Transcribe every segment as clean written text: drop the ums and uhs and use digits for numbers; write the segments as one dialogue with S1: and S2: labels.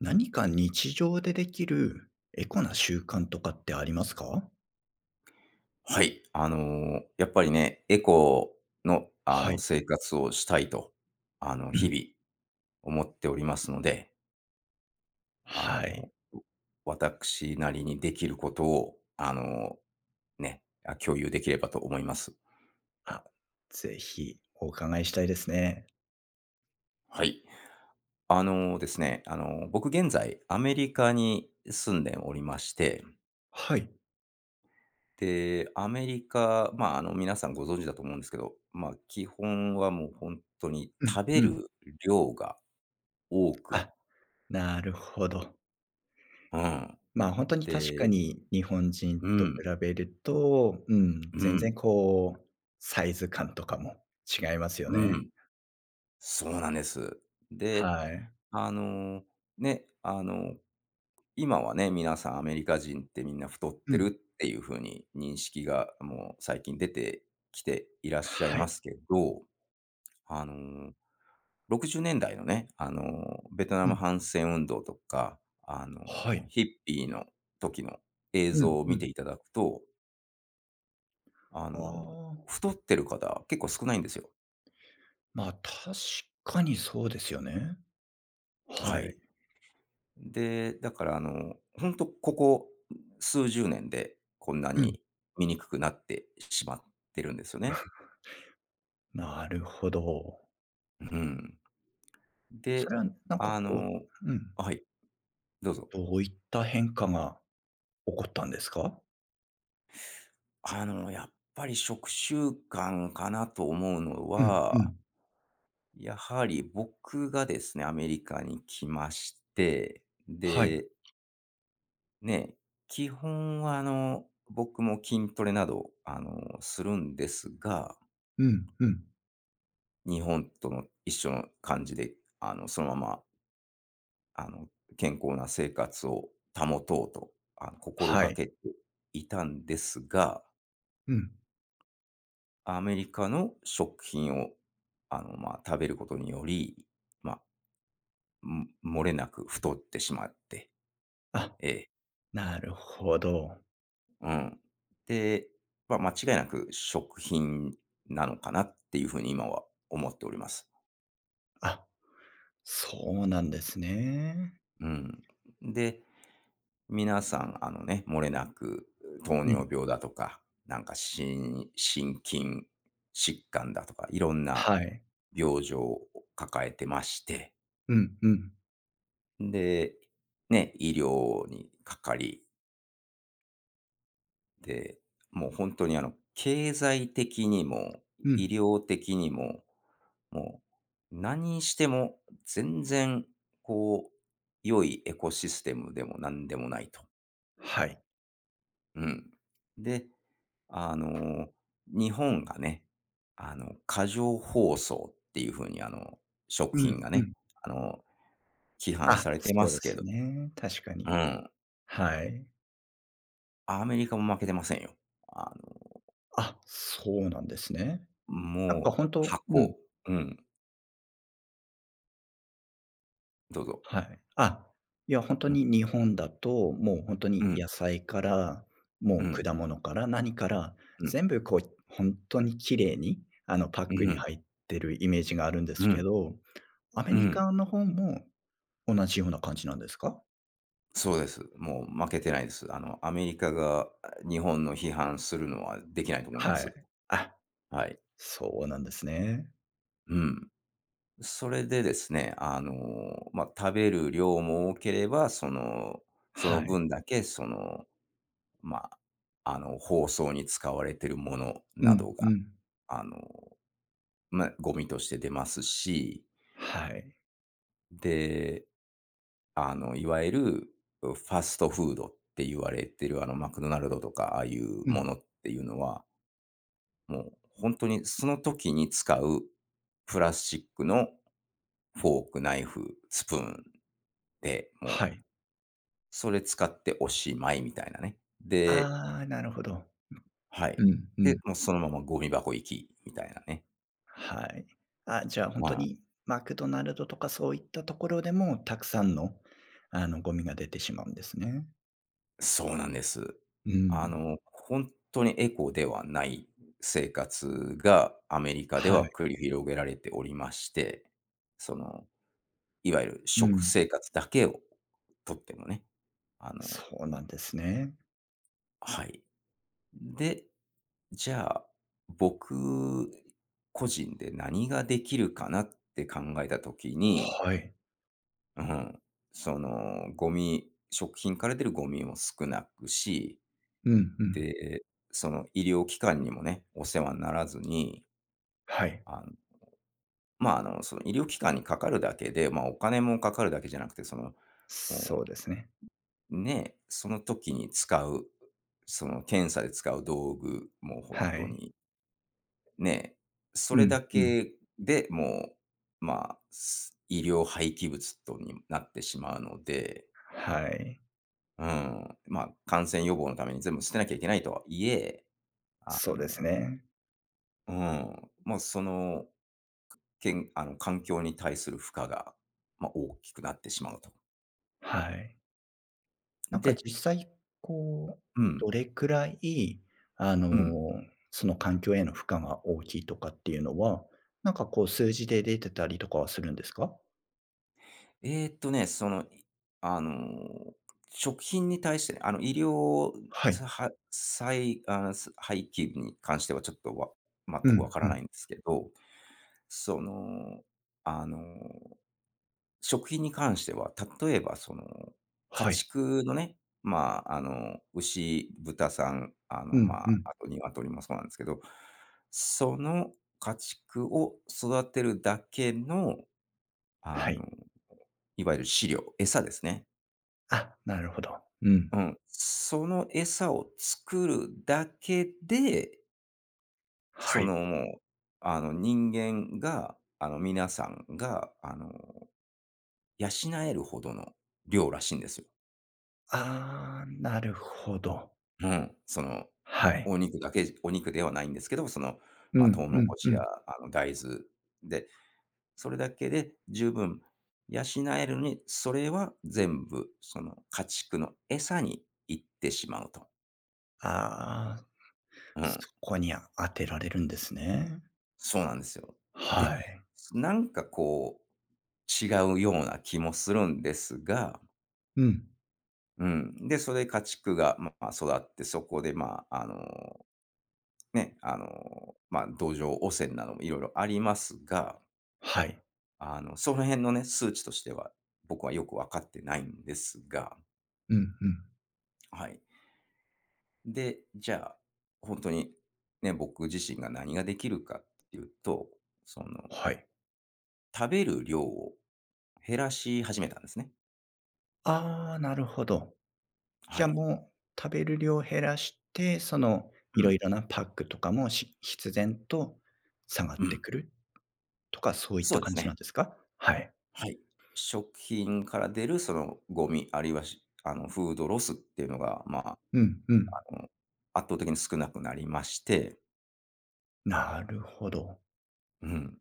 S1: 何か日常でできるエコな習慣とかってありますか？
S2: はい。やっぱりね、エコの、
S1: はい。
S2: 生活をしたいと、
S1: う
S2: 日
S1: ん。
S2: 々思っておりますので、あ
S1: は
S2: の、
S1: い。
S2: 私なりにできることを、共有できればと思います。
S1: あ、ぜひお伺いしたいですね。
S2: はい。あのーですね、あの、僕現在アメリカに住んでおりまして、
S1: はい。
S2: で、アメリカ、皆さんご存知だと思うんですけど、まあ、基本はもう本当に
S1: うん
S2: 食べ
S1: うん。
S2: る量が多く。
S1: あ、なるほど。
S2: うん。
S1: まあ、本当に確か
S2: で
S1: に日本人
S2: う
S1: と比
S2: ん、
S1: べると、うん、
S2: う
S1: 全
S2: ん、
S1: 然こう、サイズ感とかも違いますよ
S2: う
S1: ね。
S2: ん。そうなんです。で、
S1: はい。
S2: あの、ね、あの、今はね、皆さんアメリカ人ってみんな太っ
S1: う
S2: てる
S1: ん。
S2: っていう風に認識がもう最近出てきていらっしゃい
S1: はい。
S2: ますけど、あの、60年代のね、ベトナ
S1: う
S2: ム
S1: ん。
S2: 反戦運動とか、
S1: はい。
S2: ヒッピーの時の映
S1: うん
S2: 像を
S1: う
S2: 見て
S1: ん。
S2: いただくと、あ
S1: あ
S2: の、
S1: あ、
S2: 太ってる方結構少ないんですよ。
S1: まあ、確かにそうですよね。は
S2: は
S1: い。
S2: い。で、だからほんとここ数十年でこんな
S1: うん、
S2: に見にくくなってしまってるんですよね。
S1: なるほど。
S2: うん。
S1: そ
S2: で、
S1: れはなんか
S2: あ
S1: こ
S2: の
S1: ううん。
S2: はい、どうぞ。
S1: どういった変化が起こったんですか？
S2: やっぱり食習慣かなと思うの
S1: うんう
S2: は、
S1: ん。
S2: やはり僕がですね、アメリカに来まして、
S1: はい。
S2: で、ね、基本は僕も筋トレなど、するんですが、
S1: うんうん。
S2: 日本との一緒の感じで、あの、そのまま、あの、健康な生活を保とうと、心
S1: は
S2: が
S1: い。
S2: けていたんですが、
S1: うん。
S2: アメリカの食品を、食べることにより、ま漏れなく太ってしまって、
S1: あ、
S2: ええ、
S1: なるほど。
S2: うん。で、まあ、間違いなく食品なのかなっていうふうに今は思っております。
S1: あ、そうなんですね。
S2: うん。で、皆さん、漏れなく糖
S1: うん。
S2: 尿病だとか、なんか心筋疾患だとか、いろんな
S1: はい。
S2: 病状を抱えてまして、
S1: うんうん。
S2: で、ね、医療にかかり、で、もう本当に経済的にも、
S1: う
S2: 医
S1: ん。
S2: 療的にも、もう何しても全然、こう、良いエコシステムでも何でもないと。
S1: はい。
S2: うん。で、あの、日本がね、過剰包装っていう風に、食
S1: う
S2: 品
S1: ん
S2: が
S1: う
S2: ね、
S1: ん。
S2: あの、批判
S1: あ、
S2: されて
S1: そ
S2: ま
S1: うで
S2: すけ
S1: す
S2: ど、
S1: ね。確か
S2: う
S1: に。
S2: ん、
S1: はい。
S2: アメリカも負けてませんよ。あの、
S1: あ、そうなんですね。なんか
S2: もう
S1: ほんとうん。
S2: 箱。うん、どうぞ。
S1: はい。あ、いや、本当
S2: うん、
S1: に日本だと、もう本当
S2: う
S1: に
S2: ん、
S1: 野菜から、も
S2: う
S1: う
S2: ん、
S1: 果物から何から、
S2: うん、
S1: 全部こう、本当に綺麗に、あの、パック
S2: う
S1: に
S2: ん、
S1: 入ってるイメージがあるんで
S2: う
S1: すけ
S2: ん、
S1: ど、アメ
S2: う
S1: リ
S2: ん、
S1: カの方も同じような感じなんですか？
S2: そうです。もう負けてないです。アメリカが日本の批判するのはできないと思いま
S1: は
S2: す。
S1: い。あ、
S2: はい。
S1: そうなんですね。
S2: うん。それでですね、食べる量も多ければ、その、その
S1: はい。
S2: 分だけ、その、ま、あ包装に使われているもの
S1: う
S2: な
S1: ん
S2: ど
S1: う
S2: が、
S1: ん。
S2: あの、ゴミとして出ますし、
S1: はい。
S2: で、いわゆるファストフードって言われてる、マクドナルドとか、ああいう
S1: う
S2: も
S1: ん。
S2: のっていうのは、もう本当にその時に使うプラスチックのフォーク、ナイフ、スプーンで、もう
S1: はい。
S2: それ使っておしまいみたいなね。で、
S1: ああ、なるほど。
S2: は
S1: う
S2: い。
S1: んう
S2: で、
S1: ん。
S2: もうそのままゴミ箱行きみたいなね。
S1: はい。あ、じゃあ本
S2: ま
S1: 当
S2: あ、
S1: にマクドナルドとかそういったところでも、たくさんの、あの、ゴミが出てしまうんですね。
S2: そうなんです。
S1: うん。
S2: 本当にエコではない生活がアメリカで
S1: は
S2: は
S1: い。
S2: 繰り広げられておりまして、その、いわゆる
S1: う
S2: 食
S1: ん。
S2: 生活だけをとってもね、あの
S1: そうなんですね。
S2: はい。で、じゃあ、僕個人で何ができるかなって考えた時に、
S1: はい。
S2: うん、その、食品から出るゴミも少なくし、
S1: うんうん。
S2: で、その医療機関にもね、お世話にならずに、
S1: はい。
S2: あの、その医療機関にかかるだけで、まあ、お金もかかるだけじゃなくて、その、
S1: そ
S2: も
S1: うですね。
S2: う、ね、その時に使う、その検査で使う道具、もう本
S1: は
S2: 当
S1: い。
S2: に、ね、そ
S1: う
S2: れ
S1: ん
S2: だ
S1: うん。
S2: けでもう、医療廃棄物とになってしまうので、
S1: はい。
S2: うん、まあ、感染予防のために全部捨てなきゃいけないとはいえ、あ
S1: そうです
S2: の、
S1: ね。
S2: うん、まあ、その、けんあの、環境に対する負荷が、まあ、大きくなってしまうと。
S1: はい。なんか
S2: で、
S1: 実際、こう、
S2: うん、
S1: どれくらい、あ
S2: うん。
S1: の、その環境への負荷が大きいとかっていうのは、なんかこう数字で出てたりとかはするんですか？
S2: えーっとね、その、いあのー、食品に対してね、医療
S1: は
S2: さ
S1: い。
S2: はさいあ、す廃棄に関してはちょっとわ全
S1: う
S2: くわ
S1: ん、
S2: か
S1: う
S2: らな
S1: ん。
S2: いんですけど、その、あのー食品に関しては、例えばその、家
S1: はい。
S2: 畜のね、牛、豚さん、
S1: うん、うん。
S2: あと鶏もそうなんですけど、その家畜を育てるだけの、あ
S1: はい。
S2: の、いわゆる飼料、餌ですね。
S1: あ、なるほど。うん。
S2: うん。その餌を作るだけで、
S1: は
S2: そ
S1: い。
S2: の、もう、人間が、皆さんが、養えるほどの量らしいんですよ。
S1: ああ、なるほど。
S2: うん、その、
S1: はい。
S2: お肉だけじお肉ではないんですけど、その、
S1: う
S2: まあ、ト
S1: ん、
S2: ウモ
S1: う
S2: ロ
S1: ん、
S2: コ
S1: う
S2: シや、
S1: ん。
S2: 大豆で、それだけで十分養えるのに、それは全部、その、家畜の餌に行ってしまうと。
S1: ああ、
S2: う
S1: そ
S2: ん、
S1: こに当てられるんですね。
S2: そうなんですよ。で、
S1: はい。
S2: なんかこう、違うような気もするんですが、
S1: うん。
S2: うん、で、それで家畜が、まあ、育って、そこで、土壌汚染などもいろいろありますが、
S1: はい。
S2: その辺のね、数値としては、僕はよく分かってないんですが、
S1: うん、うん。
S2: はい。で、じゃあ、本当に、ね、僕自身が何ができるかっていうと、その、
S1: はい。
S2: 食べる量を減らし始めたんですね。
S1: ああ、なるほど。
S2: は
S1: じゃあ
S2: い。
S1: もう食べる量減らして、その
S2: う
S1: いろい
S2: ん、
S1: ろなパックとかも、し必然と下がっ
S2: う
S1: て
S2: ん。
S1: くるとか、そういっ
S2: そう
S1: た
S2: で
S1: 感
S2: す
S1: じ
S2: ね。
S1: なんですか？はい。
S2: はい。食品から出るそのゴミ、あるいは、しあの、フードロスっていうのが、
S1: うんうん。
S2: あの、圧倒的に少なくなりまして、
S1: なるほど。
S2: うん。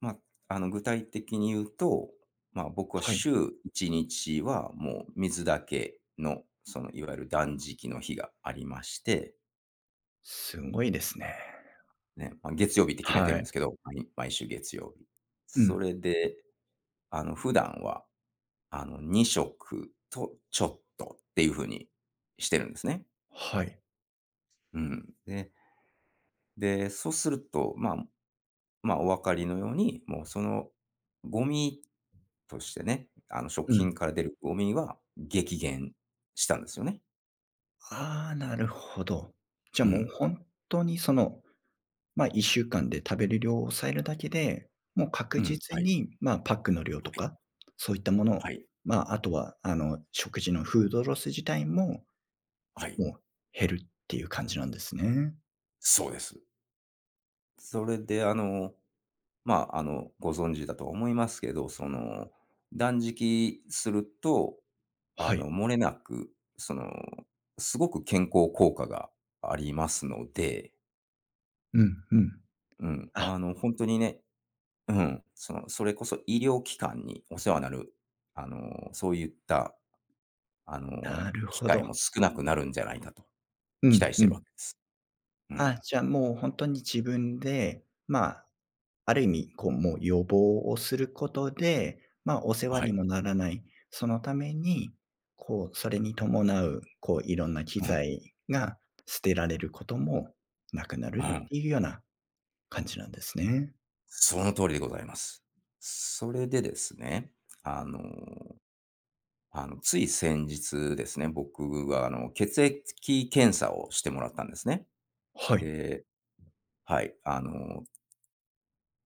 S2: ま、具体的に言うと、まあ、僕は
S1: はい。
S2: 週1日はもう水だけの、その、いわゆる断食の日がありまして、
S1: すごいですね。
S2: ね、まあ、月曜日って決めて
S1: は
S2: るんで
S1: い。
S2: すけど、毎週月曜日。
S1: う
S2: そ
S1: ん。
S2: れで、普段は、2食とちょっとっていう風にしてるんですね。
S1: はい。
S2: うん。で、そうすると、まあ、お分かりのように、もうそのゴミとしてね、食
S1: う
S2: 品
S1: ん。
S2: から出るゴミは激減したんですよね。
S1: ああ、なるほど。じゃ
S2: う
S1: あもう
S2: ん、
S1: 本当にそのまあ、1週間で食べる量を抑えるだけで、もう確
S2: うん。
S1: 実
S2: はい、
S1: に、まあ、パックの量
S2: は
S1: と
S2: い、
S1: か、そういったもの、
S2: はい、
S1: まあ、あとは、あの、食事のフードロス自体も、
S2: はい、
S1: もう減るっていう感じなんですね。
S2: そうです。それでまあ、ご存知だとは思いますけど、その、断食すると、
S1: はい。
S2: 漏れなく、その、すごく健康効果がありますので、
S1: うんうん。
S2: うん、
S1: あ、
S2: 本当にね、うん、その、それこそ医療機関にお世話になる、そういった、
S1: なる
S2: 機
S1: ほ
S2: 会
S1: ど。
S2: も少なくなるんじゃないかと
S1: う
S2: 期
S1: ん
S2: 待し
S1: う
S2: てる
S1: ん。
S2: わけです。う
S1: あ、
S2: ん。
S1: じゃあ、もう本当に自分で、まあある意味、こう、もう予防をすることで、まあ、お世話
S2: は
S1: に
S2: い。
S1: もならない、そのために、こう、それに伴う、こう、いろんな機
S2: うん、
S1: 材が捨てられることもなくな
S2: う
S1: るっ
S2: ん。
S1: ていうような感じなんですね。
S2: その通りでございます。それでですね、あの、つい先日ですね、僕は、血液検査をしてもらったんですね。
S1: はい。
S2: で、はい、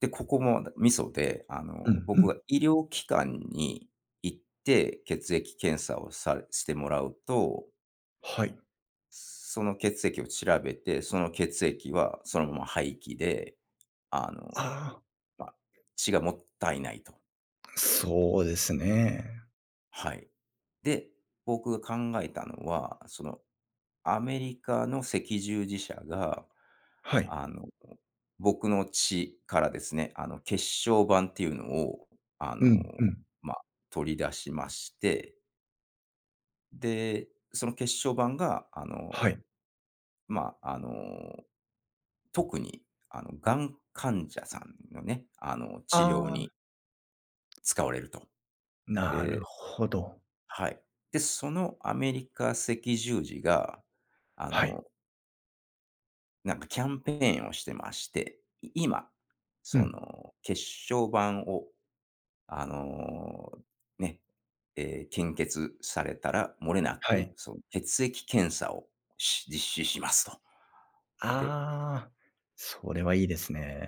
S2: で、ここもミソで、
S1: うんう
S2: 僕
S1: ん。
S2: が医療機関に行って血液検査をさしてもらうと、
S1: はい。
S2: その血液を調べて、その血液はそのまま廃棄で、あ
S1: あ
S2: の、
S1: あ、
S2: ま、血がもったいないと。
S1: そうですね。
S2: はい。で、僕が考えたのは、その、アメリカの赤十字社が、
S1: はい。
S2: あの、僕の血からですね、血小板っていうのを、あの、
S1: うんうん。
S2: まあ、取り出しまして、で、その血小板が、あの、
S1: はい。
S2: まあ、あの、特に、あの、がん患者さんのね、治療
S1: あ
S2: に
S1: あ、
S2: 使われると。
S1: なる
S2: で、
S1: ほど。
S2: はい。で、そのアメリカ赤十字が、あ
S1: はい。
S2: の、なんかキャンペーンをしてまして、今、
S1: う
S2: そ
S1: ん。
S2: の、血小板を、あの、ね、えー献血されたら、漏れな
S1: は
S2: く、
S1: い。
S2: その血液検査を実施しますと。で、
S1: ああ、それはいいですね。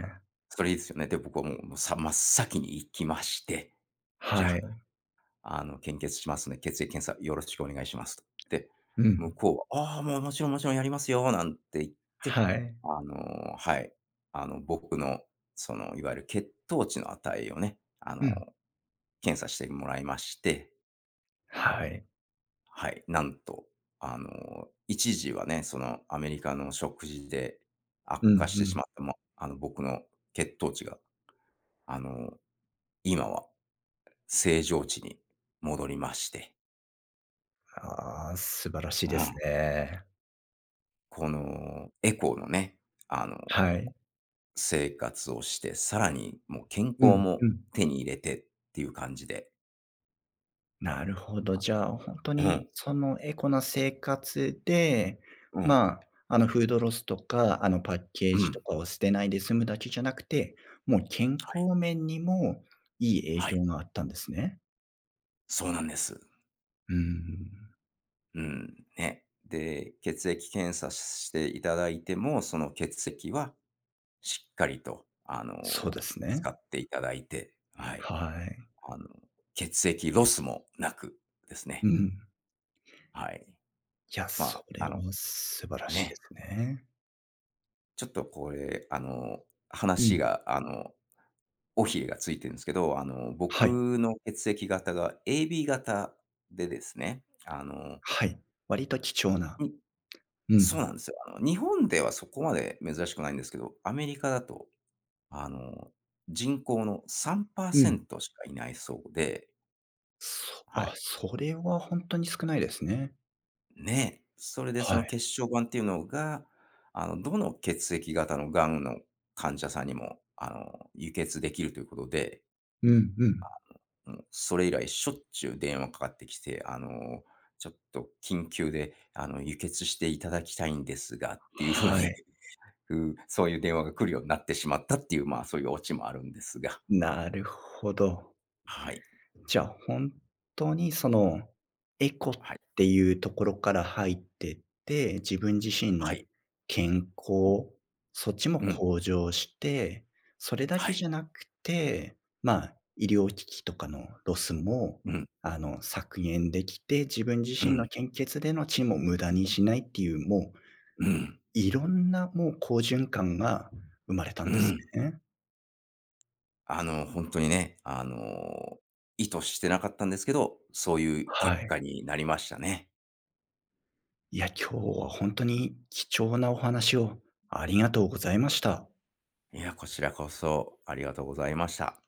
S2: それいいですよね。で、僕はもう真っ先に行きまして、じゃ
S1: はい。
S2: あ、献血しますね。血液検査よろしくお願いしますと。で、
S1: う
S2: 向
S1: ん。
S2: こうは、ああ、もうもちろんもちろんやりますよ、なんて言って、
S1: はい。
S2: あの、はい、僕の、その、いわゆる血糖値の値をね、
S1: うん。
S2: 検査してもらいまして、
S1: はい。
S2: はい、なんと、一時はね、その、アメリカの食事で悪
S1: うん
S2: 化して
S1: う
S2: し
S1: ん。
S2: まった、ま、あの、僕の血糖値が、あの、今は正常値に戻りまして。
S1: ああ、素晴らしい
S2: う
S1: です
S2: ん。
S1: ね。
S2: このエコのね、あの、
S1: はい。
S2: 生活をして、さらにもう健
S1: う
S2: 康
S1: んう
S2: も
S1: ん。
S2: 手に入れてっていう感じで。
S1: なるほど。じゃあ、ほんと
S2: う
S1: に
S2: ん、
S1: そのエコな生活で、
S2: うん、
S1: まあ、あの、フードロスとか、あの、パッケー
S2: う
S1: ジと
S2: ん。
S1: かを捨てないで済むだけじゃなくて、もう健
S2: はい、
S1: 康面にもいい影
S2: はい。
S1: 響があったんですね。
S2: そうなんです。
S1: うーん。
S2: うん、ね。で、血液検査していただいても、その血液はしっかりと、
S1: そうです
S2: 使
S1: ね。
S2: っていただいて、はい。
S1: はい。
S2: あの、血液ロスもなくです
S1: う
S2: ね。
S1: ん。
S2: はい。
S1: いや、
S2: ま
S1: そ
S2: あ、
S1: れ
S2: あ
S1: は
S2: の、
S1: 素晴らしいで
S2: ね。
S1: すね。
S2: ちょっとこれ、
S1: う
S2: 話
S1: ん。
S2: が、尾ひれがついてるんですけど、
S1: はい。
S2: 僕の血液型が AB 型でですね、
S1: はい。割と貴重な。
S2: に
S1: う
S2: そう
S1: ん。
S2: なんですよ。日本ではそこまで珍しくないんですけど、アメリカだと、あの、人口の
S1: うん。
S2: 3%しかいないそうで、
S1: そ
S2: は
S1: あ、
S2: い。
S1: それはほんとに少ないですね。
S2: ね、それでそ
S1: は
S2: の
S1: い。
S2: 血小板っていうのが、どの血液型の癌の患者さんにも、輸血できるということで、
S1: うんうん。
S2: もうそれ以来しょっちゅう電話かかってきて、ちょっと緊急で、輸血していただきたいんですがっていう風
S1: は
S2: に、
S1: い。
S2: うんそういう電話が来るようになってしまったっていう、まあ、そういうオチもあるんですが。
S1: なるほど。
S2: はい。
S1: じゃあ、本当にその、エコっ
S2: はい。
S1: ていうところから入ってって、自分自身
S2: は
S1: の
S2: い。
S1: 健康、そっちも
S2: うん。
S1: 向上して、それだ
S2: は
S1: けじ
S2: い。
S1: ゃなくて、まあ、医療機器とかのロスも、
S2: うん。
S1: あの、削減できて、自分自
S2: う
S1: 身の
S2: ん。
S1: 献血での血も無駄にしないっていう、もう、
S2: うん。
S1: いろんなもう好循環が生まれた
S2: う
S1: んです
S2: ん。
S1: ね。
S2: 本当にね、意図してなかったんですけど、そういう
S1: は
S2: 結
S1: い。
S2: 果になりましたね。
S1: いや、今日は本当に貴重なお話をありがとうございました。
S2: いや、こちらこそありがとうございました。